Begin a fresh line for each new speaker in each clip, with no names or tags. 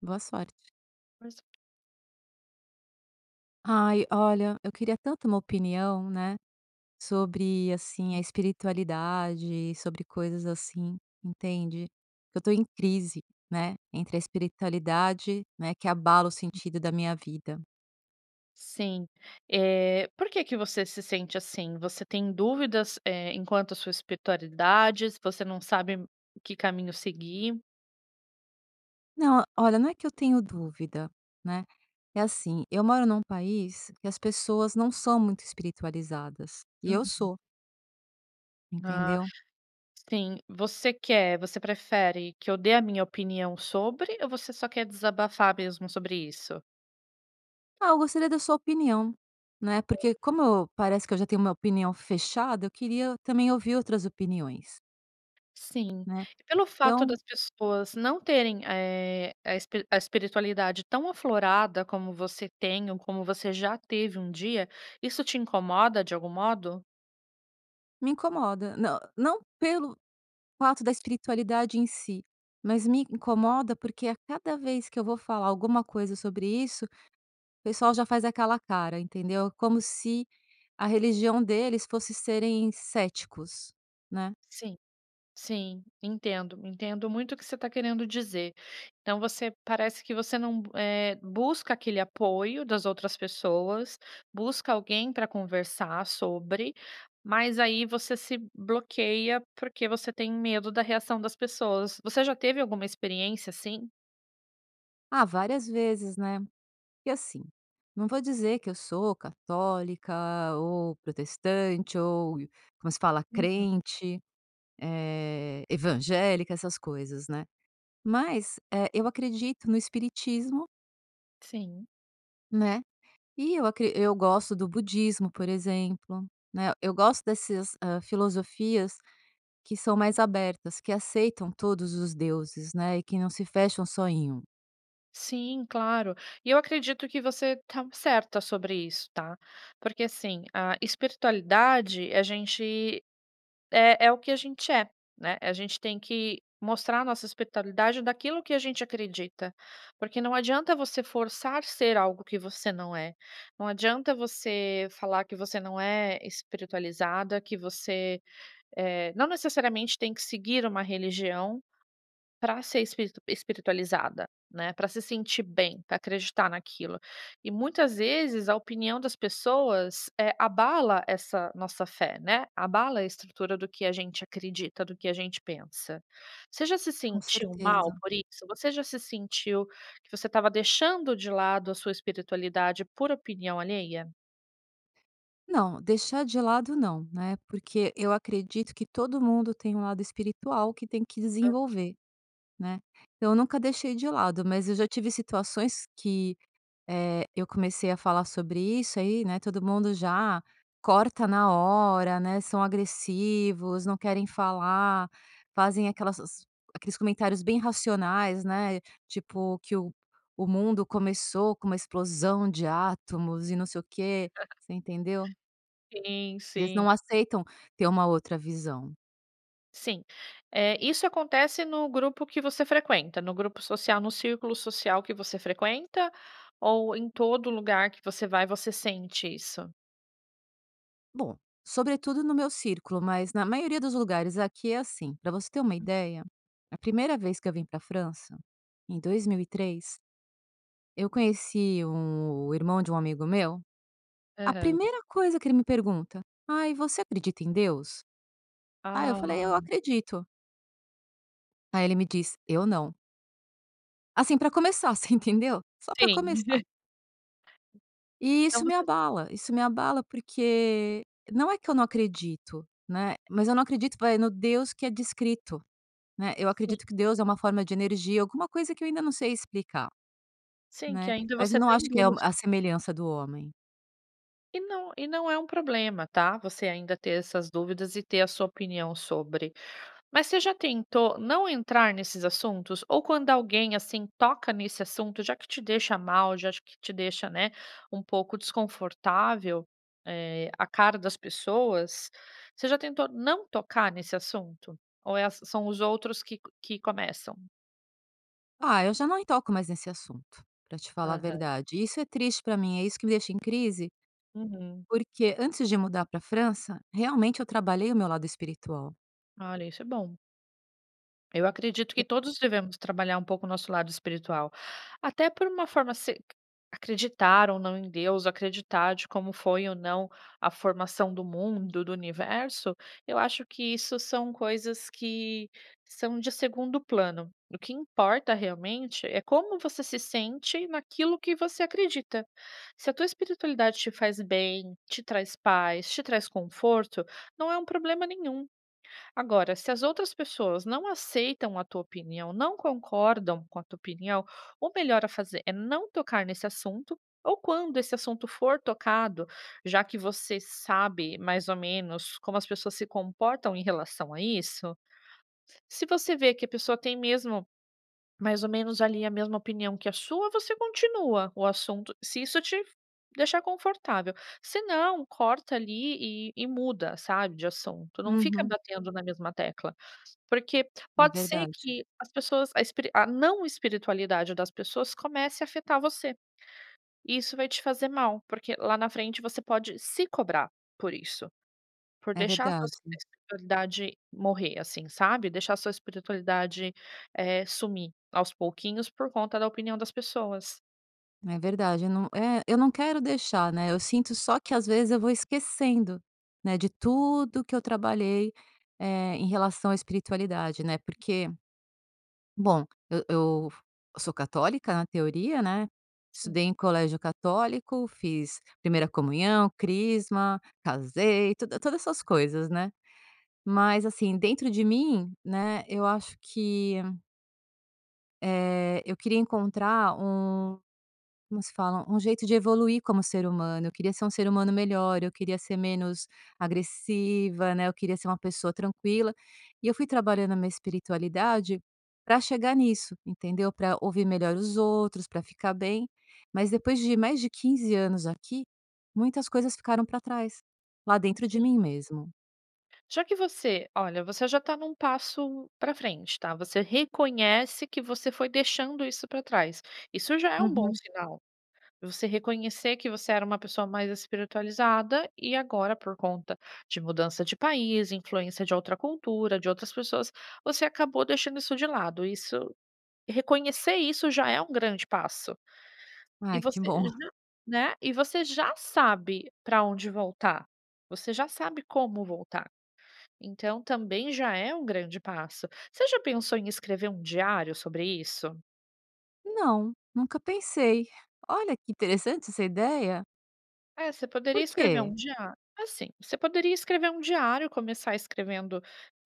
Boa sorte.
Mas
Ai, olha, eu queria tanto uma opinião, né, sobre, assim, a espiritualidade, sobre coisas assim, entende? Eu tô em crise, né, entre a espiritualidade, né, que abala o sentido da minha vida.
sim. Por que que você se sente assim? Você tem dúvidas, enquanto à sua espiritualidade? Você não sabe que caminho seguir?
Não, olha, não é que eu tenho dúvida, né? É assim, eu moro num país que as pessoas não são muito espiritualizadas, e eu
Uhum.
sou,
Ah,
entendeu?
sim. Você prefere que eu dê a minha opinião sobre ou você só quer desabafar mesmo sobre isso?
Ah, eu gostaria da sua opinião, né, porque como eu parece que eu já tenho uma opinião fechada, eu queria também ouvir outras opiniões,
Sim.
né.
Pelo fato
Então,
das pessoas não terem, a espiritualidade tão aflorada como você tem ou como você já teve um dia, isso te incomoda de algum modo?
me incomoda, não pelo fato da espiritualidade em si, mas me incomoda porque a cada vez que eu vou falar alguma coisa sobre isso, o pessoal já faz aquela cara, entendeu. É como se a religião deles fosse serem céticos, né.
Sim. Sim, entendo, entendo muito o que você está querendo dizer. Então você parece que você não, busca aquele apoio das outras pessoas, busca alguém para conversar sobre, mas aí você se bloqueia, porque você tem medo da reação das pessoas. Você já teve alguma experiência assim?
Ah, várias vezes, né. E assim, não vou dizer que eu sou católica ou protestante ou, como se fala,
Uhum.
crente, evangélica, essas coisas, né. Mas, eu acredito no espiritismo,
Sim,
né, e eu gosto do budismo, por exemplo, né. Eu gosto dessas, filosofias que são mais abertas, que aceitam todos os deuses, né, e que não se fecham só em um.
sim, claro. E eu acredito que você está certa sobre isso, tá. Porque assim, a espiritualidade a gente É é o que a gente é, né, a gente tem que mostrar a nossa espiritualidade daquilo que a gente acredita, porque não adianta você forçar ser algo que você não é, não adianta você falar que você não é espiritualizada, que você, não necessariamente tem que seguir uma religião para ser espiritualizada, né, para se sentir bem, para acreditar naquilo. E muitas vezes a opinião das pessoas, é abala essa nossa fé, né, abala a estrutura do que a gente acredita, do que a gente pensa. Você já se
Com
sentiu mal
certeza.
por isso? Você já se sentiu que você estava deixando de lado a sua espiritualidade por opinião alheia?
Não, deixar de lado não, né, porque eu acredito que todo mundo tem um lado espiritual que tem que desenvolver, né. Então eu nunca deixei de lado, mas eu já tive situações que, eu comecei a falar sobre isso aí, né, todo mundo já corta na hora, né, são agressivos, não querem falar, fazem aquelas aqueles comentários bem racionais, né, tipo que o mundo começou com uma explosão de átomos e não sei o quê, você entendeu?
Sim,
Eles
sim.
não aceitam ter uma outra visão.
Sim. Isso acontece no grupo que você frequenta, no grupo social, no círculo social que você frequenta ou em todo lugar que você vai, você sente isso?
Bom, sobretudo no meu círculo, mas na maioria dos lugares aqui é assim. Para você ter uma ideia, a primeira vez que eu vim para França, em 2003, eu conheci um, o irmão de um amigo meu. A
Aham.
primeira coisa que ele me pergunta: "Ai, você acredita em Deus?" Ah, eu falei: "Eu
Ah,
acredito". Aí ele me diz: "Eu não". Assim, para começar, você entendeu? Só para
sim.
começar. E
Então você
isso me abala porque não é que eu não acredito, né, mas eu não acredito, vai, no Deus que é descrito, né, eu
Sim,
acredito que Deus é uma forma de energia, alguma coisa que eu ainda não sei explicar,
sim, que
né,
ainda
mas
você
eu não
está
acho
em
que é
dúvida.
a semelhança do homem.
E não é um problema, tá, você ainda ter essas dúvidas e ter a sua opinião sobre. Mas você já tentou não entrar nesses assuntos? Ou quando alguém, assim, toca nesse assunto, já que te deixa mal, já que te deixa, né, um pouco desconfortável, a cara das pessoas, você já tentou não tocar nesse assunto? Ou é as são os outros que começam?
Ah, eu já não toco mais nesse assunto, para te falar a
Aham.
verdade. Isso é triste para mim, é isso que me deixa em crise,
Uhum.
porque antes de mudar para França, realmente eu trabalhei o meu lado espiritual.
Olha, isso é bom. Eu acredito
E
que todos devemos trabalhar um pouco o nosso lado espiritual, até por uma forma se acreditar ou não em Deus, acreditar de como foi ou não a formação do mundo, do universo, eu acho que isso são coisas que são de segundo plano. O que importa realmente é como você se sente naquilo que você acredita. Se a tua espiritualidade te faz bem, te traz paz, te traz conforto, não é um problema nenhum. Agora, se as outras pessoas não aceitam a tua opinião, não concordam com a tua opinião, o melhor a fazer é não tocar nesse assunto, ou quando esse assunto for tocado, já que você sabe mais ou menos como as pessoas se comportam em relação a isso, se você vê que a pessoa tem mesmo mais ou menos ali a mesma opinião que a sua, você continua o assunto, se isso te deixar confortável. Se não, corta ali e muda, sabe, de assunto. Não fica
uhum,
batendo na mesma tecla. Porque
é
pode ser
verdade,
que as pessoas a espiri a não espiritualidade das pessoas comece a afetar você, e isso vai te fazer mal, porque lá na frente você pode se cobrar por isso, por
é
deixar a sua
verdade.
espiritualidade morrer, assim, sabe, deixar a sua espiritualidade, sumir aos pouquinhos por conta da opinião das pessoas.
É verdade, eu não quero deixar, né, eu sinto só que às vezes eu vou esquecendo, né, de tudo que eu trabalhei, em relação à espiritualidade, né, porque, bom, eu sou católica na teoria, né, estudei em colégio católico, fiz primeira comunhão, crisma, casei, todas essas coisas, né. Mas assim, dentro de mim, né, eu acho que, eu queria encontrar um Como se fala? Um jeito de evoluir como ser humano. Eu queria ser um ser humano melhor, eu queria ser menos agressiva, né, eu queria ser uma pessoa tranquila. E eu fui trabalhando a minha espiritualidade para chegar nisso, entendeu? Para ouvir melhor os outros, para ficar bem. Mas depois de mais de 15 anos aqui, muitas coisas ficaram para trás, lá dentro de
Sim.
mim mesmo.
Já que você olha, Você já está num passo para frente, tá, você reconhece que você foi deixando isso para trás, isso já é um bom
Uhum.
sinal. Você reconhecer que você era uma pessoa mais espiritualizada e agora, por conta de mudança de país, influência de outra cultura, de outras pessoas, você acabou deixando isso de lado. Isso Reconhecer isso já é um grande passo. E
Ai, que
você
bom.
já Né, e você já sabe para onde voltar. Você já sabe como voltar. Então também já é um grande passo. Você já pensou em escrever um diário sobre isso?
Não, nunca pensei. Olha que interessante essa ideia.
É, você poderia
Por
escrever
quê?
um diário assim, você poderia escrever um diário, começar escrevendo,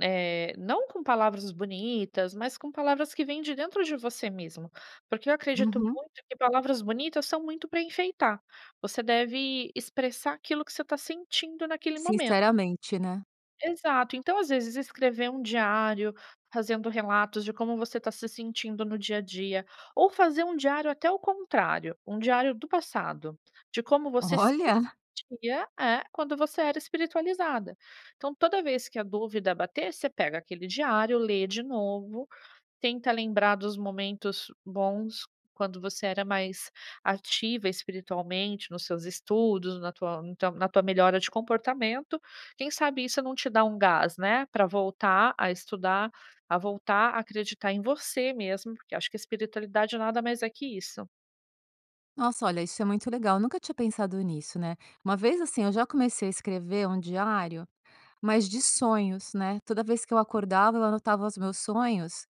não com palavras bonitas, mas com palavras que vêm de dentro de você mesmo, porque eu acredito
Uhum.
muito que palavras bonitas são muito para enfeitar. Você deve expressar aquilo que você está sentindo naquele momento.
Sinceramente, né?
Exato. Então, às vezes, escrever um diário, fazendo relatos de como você está se sentindo no dia a dia, ou fazer um diário até o contrário, um diário do passado, de como você se
Olha!
sentia, é, quando você era espiritualizada. Então, toda vez que a dúvida bater, você pega aquele diário, lê de novo. Tenta lembrar dos momentos bons quando você era mais ativa espiritualmente, nos seus estudos, na tua no teu na tua melhora de comportamento. Quem sabe isso não te dá um gás, né, para voltar a estudar, a voltar a acreditar em você mesmo, porque acho que a espiritualidade nada mais é que isso.
Nossa, olha, isso é muito legal, nunca tinha pensado nisso, né. Uma vez, assim, eu já comecei a escrever um diário, mas de sonhos, né. Toda vez que eu acordava, eu anotava os meus sonhos,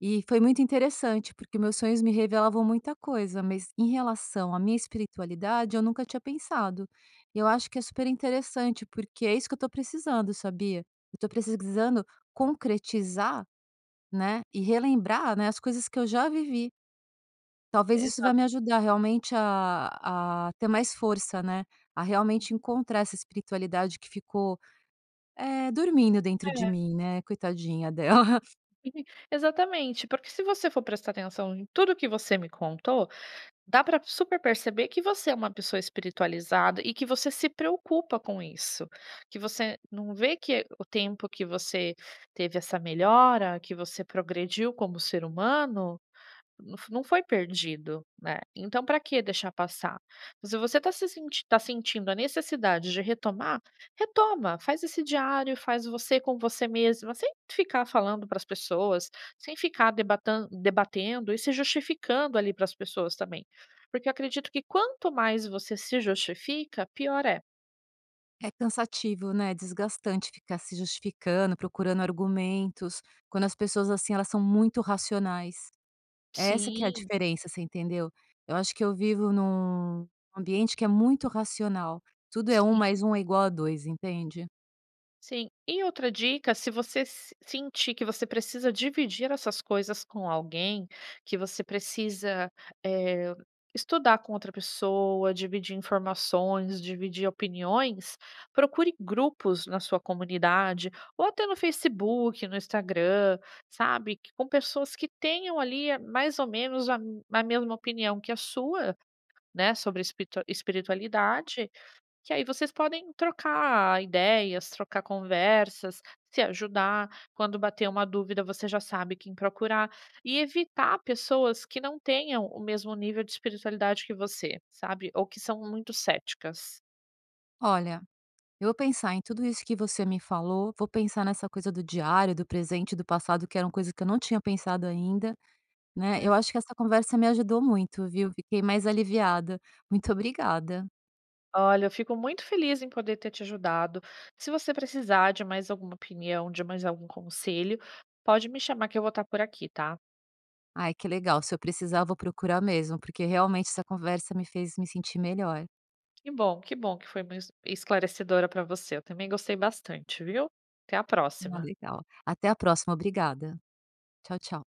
e foi muito interessante, porque meus sonhos me revelavam muita coisa, mas em relação à minha espiritualidade, eu nunca tinha pensado. E eu acho que é super interessante, porque é isso que eu tô precisando, sabia. Eu tô precisando concretizar, né, e relembrar, né, as coisas que eu já vivi. Talvez isso vai
Exato,
me ajudar realmente a ter mais força, né, a realmente encontrar essa espiritualidade que ficou, dormindo dentro de
é.
mim, né, coitadinha dela.
Exatamente, porque se você for prestar atenção em tudo que você me contou, dá para super perceber que você é uma pessoa espiritualizada e que você se preocupa com isso, que você não vê que o tempo que você teve essa melhora, que você progrediu como ser humano, não foi perdido, né, então para que deixar passar? Se você está se senti tá sentindo a necessidade de retomar, retoma, faz esse diário, faz você com você mesma, sem ficar falando para as pessoas, sem ficar debatan debatendo e se justificando ali para as pessoas também. Porque eu acredito que quanto mais você se justifica, pior é.
É cansativo, né, é desgastante ficar se justificando, procurando argumentos, quando as pessoas, assim, elas são muito racionais. É essa que é a
Sim,
diferença, você entendeu? Eu acho que eu vivo num ambiente que é muito racional, tudo é um
sim.
mais um é igual a 2, entende?
Sim. E outra dica, se você se sentir que você precisa dividir essas coisas com alguém, que você precisa, eh, estudar com outra pessoa, dividir informações, dividir opiniões, procure grupos na sua comunidade, ou até no Facebook, no Instagram, sabe, que com pessoas que tenham ali a mais ou menos a mesma opinião que a sua, né, sobre espito espiritualidade, que aí vocês podem trocar ideias, trocar conversas, se ajudar. Quando bater uma dúvida, você já sabe quem procurar. E evitar pessoas que não tenham o mesmo nível de espiritualidade que você, sabe? Ou que são muito céticas.
Olha, eu vou pensar em tudo isso que você me falou, vou pensar nessa coisa do diário, do presente, do passado, que eram coisas que eu não tinha pensado ainda, né.
É.
Eu acho que essa conversa me ajudou muito, viu. Fiquei mais aliviada. Muito obrigada.
Olha, eu fico muito feliz em poder ter te ajudado. Se você precisar de mais alguma opinião, de mais algum conselho, pode me chamar que eu vou estar por aqui, tá?
Ai, que legal. Se eu precisar, eu vou procurar mesmo, porque realmente essa conversa me fez me sentir melhor.
Que bom, que bom que foi muito esclarecedora para você. Eu também gostei bastante, viu? Até a
Ah,
próxima.
legal. Até a próxima. Obrigada. Tchau, tchau.